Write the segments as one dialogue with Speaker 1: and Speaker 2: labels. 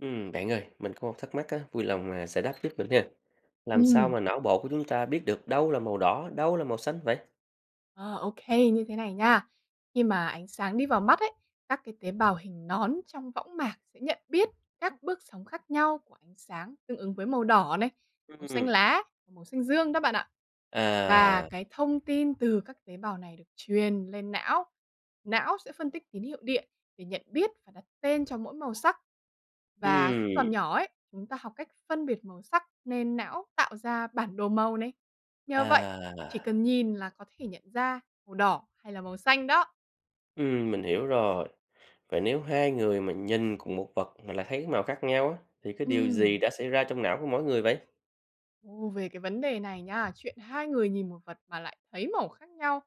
Speaker 1: Bạn ơi, mình có một thắc mắc á, vui lòng mà giải đáp giúp mình ha. Làm sao
Speaker 2: Ừm,
Speaker 1: mà não bộ của chúng ta biết được đâu là màu đỏ, đâu là màu xanh vậy?
Speaker 2: ờ, ô Như thế này nha. Khi mà ánh sáng đi vào mắt ấy, các cái tế bào hình nón trong võng mạc sẽ nhận biết các bước sóng khác nhau của ánh sáng tương ứng với màu đỏ này, màu xanh
Speaker 1: Ừm.
Speaker 2: lá và màu xanh dương đó bạn ạ. Và
Speaker 1: À.
Speaker 2: cái thông tin từ các tế bào này được truyền lên não. Não sẽ phân tích tín hiệu điện để nhận biết và đặt tên cho mỗi màu sắc. Và khi
Speaker 1: Ừm.
Speaker 2: còn nhỏ ấy, chúng ta học cách phân biệt màu sắc nên não tạo ra bản đồ màu này. Nhờ vậy, chỉ
Speaker 1: À.
Speaker 2: cần nhìn là có thể nhận ra màu đỏ hay là màu xanh đó.
Speaker 1: Mình hiểu rồi. Vậy nếu hai người mà nhìn cùng một vật mà lại thấy màu khác nhau á, thì cái điều gì
Speaker 2: Ừm.
Speaker 1: đã xảy ra trong não của mỗi người vậy?
Speaker 2: Ồ, về cái vấn đề này nha, chuyện hai người nhìn một vật mà lại thấy màu khác nhau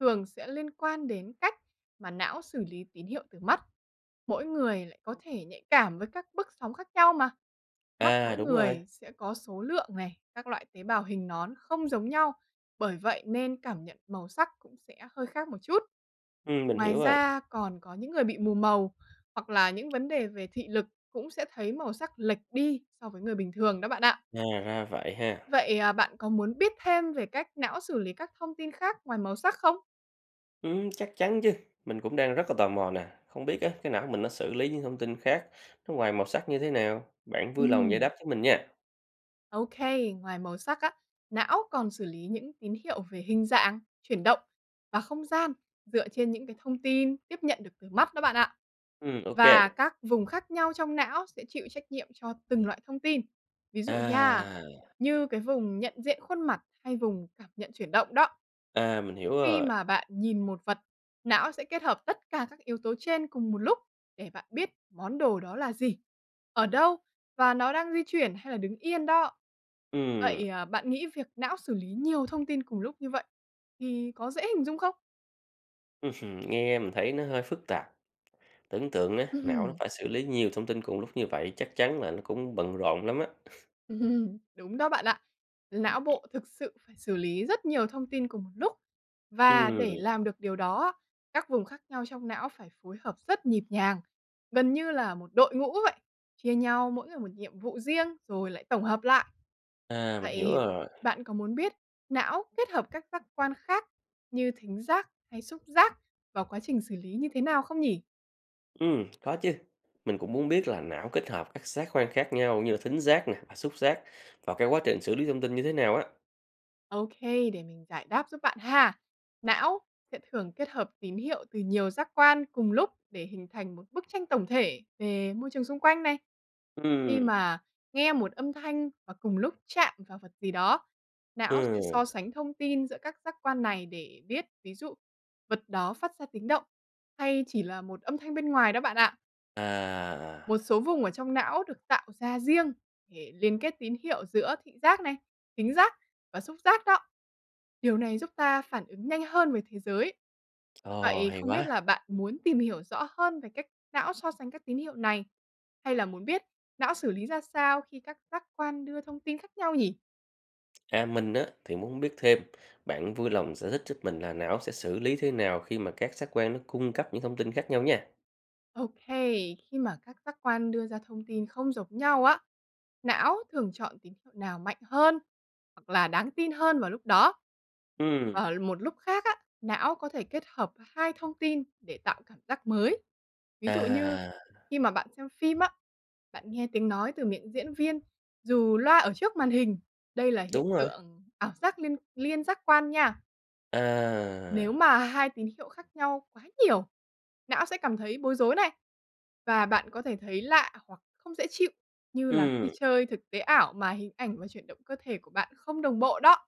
Speaker 2: thường sẽ liên quan đến cách mà não xử lý tín hiệu từ mắt. Mỗi người lại có thể nhạy cảm với các bước sóng khác nhau mà. Mắt
Speaker 1: À,
Speaker 2: mỗi
Speaker 1: đúng rồi.
Speaker 2: người sẽ có số lượng này, các loại tế bào hình nón không giống nhau, bởi vậy nên cảm nhận màu sắc cũng sẽ hơi khác một chút.
Speaker 1: Mình
Speaker 2: Ngoài
Speaker 1: hiểu rồi.
Speaker 2: ra còn có những người bị mù màu hoặc là những vấn đề về thị lực cũng sẽ thấy màu sắc lệch đi so với người bình thường đó bạn ạ.
Speaker 1: À, ra vậy ha.
Speaker 2: Vậy, à, bạn có muốn biết thêm về cách não xử lý các thông tin khác ngoài màu sắc không?
Speaker 1: Chắc chắn chứ. Mình cũng đang rất là tò mò nè, không biết á, cái não mình nó xử lý những thông tin khác nó ngoài màu sắc như thế nào? Bạn
Speaker 2: Ừ.
Speaker 1: vui lòng giải đáp cho mình nha.
Speaker 2: OK, ngoài màu sắc á, não còn xử lý những tín hiệu về hình dạng, chuyển động và không gian dựa trên những cái thông tin tiếp nhận được từ mắt đó bạn ạ.
Speaker 1: Ô.
Speaker 2: Và các vùng khác nhau trong não sẽ chịu trách nhiệm cho từng loại thông tin. Ví dụ nha,
Speaker 1: À,
Speaker 2: như cái vùng nhận diện khuôn mặt hay vùng cảm nhận chuyển động đó.
Speaker 1: à, mình hiểu
Speaker 2: Khi
Speaker 1: rồi.
Speaker 2: mà bạn nhìn một vật, não sẽ kết hợp tất cả các yếu tố trên cùng một lúc để bạn biết món đồ đó là gì, ở đâu và nó đang di chuyển hay là đứng yên đó.
Speaker 1: Ừm,
Speaker 2: Vậy, à, bạn nghĩ việc não xử lý nhiều thông tin cùng lúc như vậy thì có dễ hình dung không?
Speaker 1: ừm Nghe mình thấy nó hơi phức tạp. Tưởng tượng á, não nó phải xử lý nhiều thông tin cùng lúc như vậy chắc chắn là nó cũng bận rộn lắm á.
Speaker 2: Đúng đó bạn ạ. Não bộ thực sự phải xử lý rất nhiều thông tin cùng một lúc, và để
Speaker 1: Ừm.
Speaker 2: làm được điều đó á, các vùng khác nhau trong não phải phối hợp rất nhịp nhàng, gần như là một đội ngũ vậy, chia nhau mỗi người một nhiệm vụ riêng rồi lại tổng hợp lại.
Speaker 1: À, mình hiểu
Speaker 2: Vậy
Speaker 1: rồi.
Speaker 2: bạn có muốn biết não kết hợp các giác quan khác như thính giác hay xúc giác vào quá trình xử lý như thế nào không nhỉ?
Speaker 1: Có chứ. Mình cũng muốn biết là não kết hợp các giác quan khác nhau như là thính giác nè và xúc giác vào cái quá trình xử lý thông tin như thế nào á.
Speaker 2: OK, để mình giải đáp giúp bạn ha. Não sẽ thường kết hợp tín hiệu từ nhiều giác quan cùng lúc để hình thành một bức tranh tổng thể về môi trường xung quanh này. Khi
Speaker 1: Ừm.
Speaker 2: mà nghe một âm thanh và cùng lúc chạm vào vật gì đó, não sẽ so
Speaker 1: Ừ.
Speaker 2: sánh thông tin giữa các giác quan này để biết, ví dụ, vật đó phát ra tiếng động hay chỉ là một âm thanh bên ngoài đó bạn ạ.
Speaker 1: À, à. À.
Speaker 2: Một số vùng ở trong não được tạo ra riêng để liên kết tín hiệu giữa thị giác này, thính giác và xúc giác đó. Điều này giúp ta phản ứng nhanh hơn với thế giới.
Speaker 1: Ồ,
Speaker 2: Vậy
Speaker 1: hay
Speaker 2: không biết
Speaker 1: quá!
Speaker 2: là bạn muốn tìm hiểu rõ hơn về cách não so sánh các tín hiệu này, hay là muốn biết não xử lý ra sao khi các giác quan đưa thông tin khác nhau nhỉ?
Speaker 1: À, mình á thì muốn biết thêm, bạn vui lòng giải thích giúp mình là não sẽ xử lý thế nào khi mà các giác quan nó cung cấp những thông tin khác nhau nha?
Speaker 2: OK, khi mà các giác quan đưa ra thông tin không giống nhau á, não thường chọn tín hiệu nào mạnh hơn hoặc là đáng tin hơn vào lúc đó.
Speaker 1: Ừ.
Speaker 2: Ở một lúc khác á, não có thể kết hợp hai thông tin để tạo cảm giác mới. Ví dụ như
Speaker 1: À,
Speaker 2: khi mà bạn xem phim á, bạn nghe tiếng nói từ miệng diễn viên dù loa ở trước màn hình. Đây là hiện
Speaker 1: đúng rồi.
Speaker 2: tượng ảo giác liên liên giác quan nha.
Speaker 1: À.
Speaker 2: Nếu mà hai tín hiệu khác nhau quá nhiều, não sẽ cảm thấy bối rối này, và bạn có thể thấy lạ hoặc không dễ chịu như là khi
Speaker 1: Ừ.
Speaker 2: chơi thực tế ảo mà hình ảnh và chuyển động cơ thể của bạn không đồng bộ đó.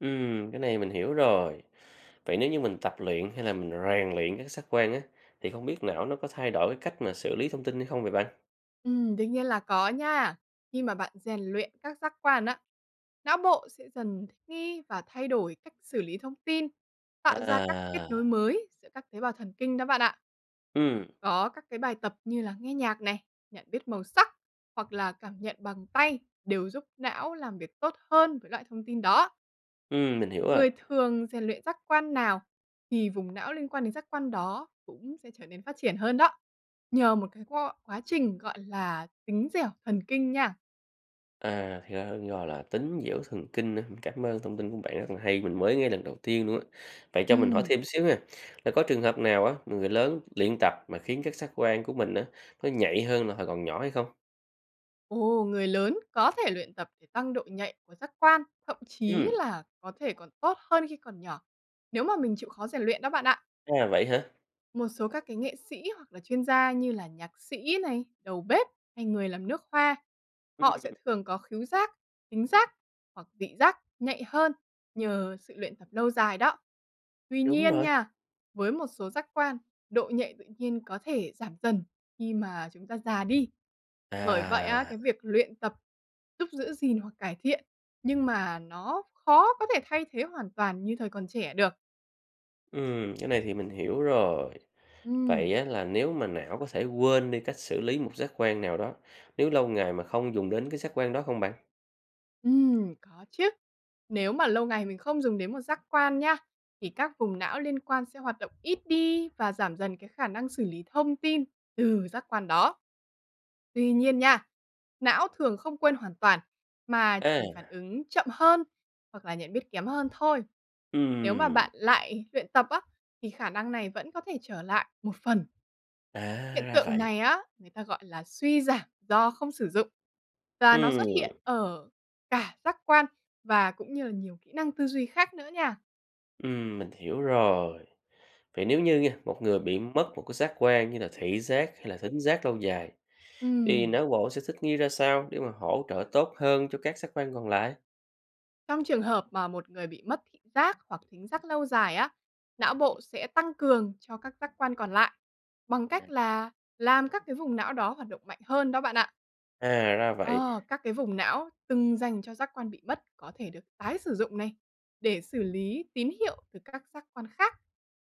Speaker 1: Cái này mình hiểu rồi. Vậy nếu như mình tập luyện hay là mình rèn luyện các giác quan á, thì không biết não nó có thay đổi cái cách mà xử lý thông tin hay không vậy bạn?
Speaker 2: Đương nhiên là có nha. Khi mà bạn rèn luyện các giác quan á, não bộ sẽ dần thích nghi và thay đổi cách xử lý thông tin, tạo ra các kết nối
Speaker 1: À.
Speaker 2: mới giữa các tế bào thần kinh đó bạn ạ.
Speaker 1: Ừ.
Speaker 2: Có các cái bài tập như là nghe nhạc này, nhận biết màu sắc hoặc là cảm nhận bằng tay đều giúp não làm việc tốt hơn với loại thông tin đó.
Speaker 1: Mình hiểu rồi.
Speaker 2: Người thường rèn luyện giác quan nào thì vùng não liên quan đến giác quan đó cũng sẽ trở nên phát triển hơn đó. Nhờ một cái quá trình gọi là tính dẻo thần kinh nha.
Speaker 1: À, thì ra gọi là tín giễu thần kinh á. Mình cảm ơn thông tin của bạn rất là hay, mình mới nghe lần đầu tiên luôn á. Vậy cho mình hỏi
Speaker 2: Ừm.
Speaker 1: thêm xíu nha là có trường hợp nào á, người lớn luyện tập mà khiến các giác quan của mình á, nó nhạy hơn là hồi còn nhỏ hay không?
Speaker 2: Ồ, người lớn có thể luyện tập để tăng độ nhạy của giác quan, thậm chí
Speaker 1: Ừm.
Speaker 2: là có thể còn tốt hơn khi còn nhỏ. Nếu mà mình chịu khó rèn luyện đó bạn ạ.
Speaker 1: À vậy hả?
Speaker 2: Một số các cái nghệ sĩ hoặc là chuyên gia như là nhạc sĩ này, đầu bếp hay người làm nước hoa,
Speaker 1: Ừm.
Speaker 2: họ sẽ thường có khứu giác, tính giác hoặc vị giác nhạy hơn nhờ sự luyện tập lâu dài đó. Tuy
Speaker 1: Đúng
Speaker 2: nhiên
Speaker 1: rồi.
Speaker 2: nha, với một số giác quan, độ nhạy tự nhiên có thể giảm dần khi mà chúng ta già đi. Bởi vậy
Speaker 1: À.
Speaker 2: á, cái việc luyện tập giúp giữ gìn hoặc cải thiện, nhưng mà nó khó có thể thay thế hoàn toàn như thời còn trẻ được.
Speaker 1: Cái này thì mình hiểu rồi. Vậy
Speaker 2: Ừm.
Speaker 1: á, là nếu mà não có thể quên đi cách xử lý một giác quan nào đó, nếu lâu ngày mà không dùng đến cái giác quan đó không bạn?
Speaker 2: Có chứ. Nếu mà lâu ngày mình không dùng đến một giác quan nha, thì các vùng não liên quan sẽ hoạt động ít đi và giảm dần cái khả năng xử lý thông tin từ giác quan đó. Tuy nhiên nha, não thường không quên hoàn toàn mà
Speaker 1: À.
Speaker 2: chỉ phản ứng chậm hơn hoặc là nhận biết kém hơn thôi. Nếu mà
Speaker 1: Ừm.
Speaker 2: bạn lại luyện tập á thì khả năng này vẫn có thể trở lại một phần.
Speaker 1: À
Speaker 2: Hiện
Speaker 1: ra
Speaker 2: tượng
Speaker 1: vậy.
Speaker 2: này á, người ta gọi là suy giảm do không sử dụng, và nó xuất
Speaker 1: Ừm.
Speaker 2: hiện ở cả giác quan và cũng như là nhiều kỹ năng tư duy khác nữa nha.
Speaker 1: Mình hiểu rồi. Vậy nếu như nha, một người bị mất một cái giác quan như là thị giác hay là thính giác lâu dài thì
Speaker 2: Ừm.
Speaker 1: não bộ sẽ thích nghi ra sao để mà hỗ trợ tốt hơn cho các giác quan còn lại?
Speaker 2: Trong trường hợp mà một người bị mất thị giác hoặc thính giác lâu dài á, não bộ sẽ tăng cường cho các giác quan còn lại bằng cách là làm các cái vùng não đó hoạt động mạnh hơn đó bạn ạ.
Speaker 1: À ra vậy.
Speaker 2: Ờ, các cái vùng não từng dành cho giác quan bị mất có thể được tái sử dụng này để xử lý tín hiệu từ các giác quan khác.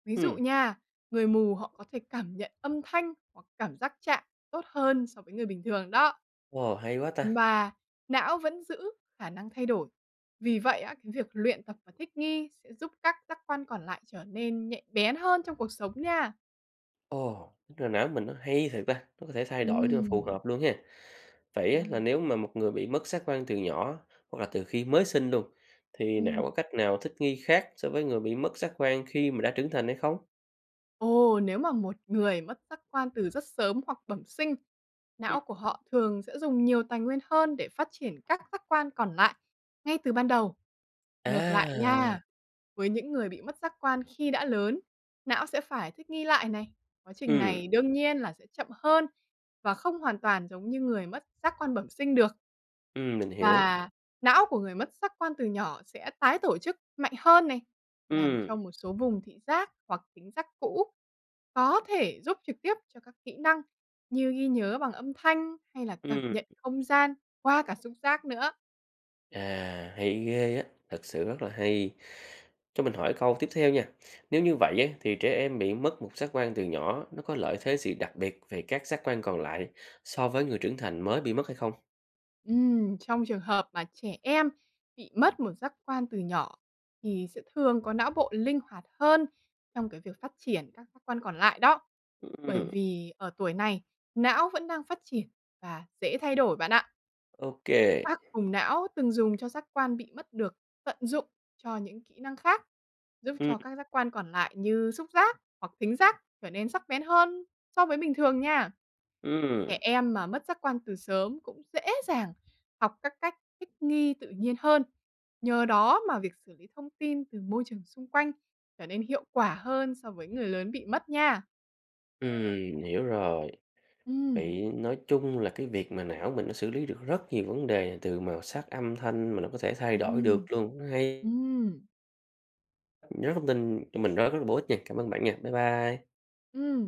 Speaker 2: Ví dụ
Speaker 1: Ừm.
Speaker 2: nha, người mù họ có thể cảm nhận âm thanh hoặc cảm giác chạm tốt hơn so với người bình thường đó.
Speaker 1: Ồ hay quá ta.
Speaker 2: Và não vẫn giữ khả năng thay đổi. Vì vậy, á, cái việc luyện tập và thích nghi sẽ giúp các giác quan còn lại trở nên nhạy bén hơn trong cuộc sống nha.
Speaker 1: Ồ, tức là não mình nó hay thật ta, nó có thể thay đổi để mà phù
Speaker 2: Ừm.
Speaker 1: hợp luôn ha. Vậy á, là
Speaker 2: Ừm.
Speaker 1: nếu mà một người bị mất giác quan từ nhỏ hoặc là từ khi mới sinh luôn thì
Speaker 2: Ừm.
Speaker 1: não có cách nào thích nghi khác so với người bị mất giác quan khi mà đã trưởng thành hay không?
Speaker 2: Ồ, nếu mà một người mất giác quan từ rất sớm hoặc bẩm sinh,
Speaker 1: Ừ.
Speaker 2: não của họ thường sẽ dùng nhiều tài nguyên hơn để phát triển các giác quan còn lại ngay từ ban đầu. Ngược lại
Speaker 1: À.
Speaker 2: nha, với những người bị mất giác quan khi đã lớn, não sẽ phải thích nghi lại này. Quá trình
Speaker 1: Ừ.
Speaker 2: này đương nhiên là sẽ chậm hơn và không hoàn toàn giống như người mất giác quan bẩm sinh được.
Speaker 1: Mình hiểu.
Speaker 2: Và não của người mất giác quan từ nhỏ sẽ tái tổ chức mạnh hơn này, làm
Speaker 1: Ừm.
Speaker 2: cho một số vùng thị giác hoặc tính giác cũ có thể giúp trực tiếp cho các kỹ năng như ghi nhớ bằng âm thanh hay là cảm
Speaker 1: Ừm.
Speaker 2: nhận không gian qua cả xúc giác nữa.
Speaker 1: À, hay ghê á, thật sự rất là hay. Cho mình hỏi câu tiếp theo nha. Nếu như vậy á, thì trẻ em bị mất một giác quan từ nhỏ, nó có lợi thế gì đặc biệt về các giác quan còn lại so với người trưởng thành mới bị mất hay không?
Speaker 2: Trong trường hợp mà trẻ em bị mất một giác quan từ nhỏ thì sẽ thường có não bộ linh hoạt hơn trong cái việc phát triển các giác quan còn lại đó. Bởi
Speaker 1: Ừm.
Speaker 2: vì ở tuổi này, não vẫn đang phát triển và dễ thay đổi bạn ạ.
Speaker 1: Ô kê.
Speaker 2: Tác vùng não từng dùng cho giác quan bị mất được tận dụng cho những kỹ năng khác, giúp
Speaker 1: Ừm.
Speaker 2: cho các giác quan còn lại như xúc giác hoặc thính giác trở nên sắc bén hơn so với bình thường nha.
Speaker 1: Ừm.
Speaker 2: Trẻ em mà mất giác quan từ sớm cũng dễ dàng học các cách thích nghi tự nhiên hơn. Nhờ đó mà việc xử lý thông tin từ môi trường xung quanh trở nên hiệu quả hơn so với người lớn bị mất nha.
Speaker 1: Hiểu rồi.
Speaker 2: Ừm.
Speaker 1: Vậy nói chung là cái việc mà não mình nó xử lý được rất nhiều vấn đề từ màu sắc, âm thanh mà nó có thể thay đổi được
Speaker 2: Ừm.
Speaker 1: luôn, nó hay.
Speaker 2: Ừm.
Speaker 1: Rất thông tin cho mình rất rất là bổ ích nha. Cảm ơn bạn nha. Bye bye.
Speaker 2: Ừm.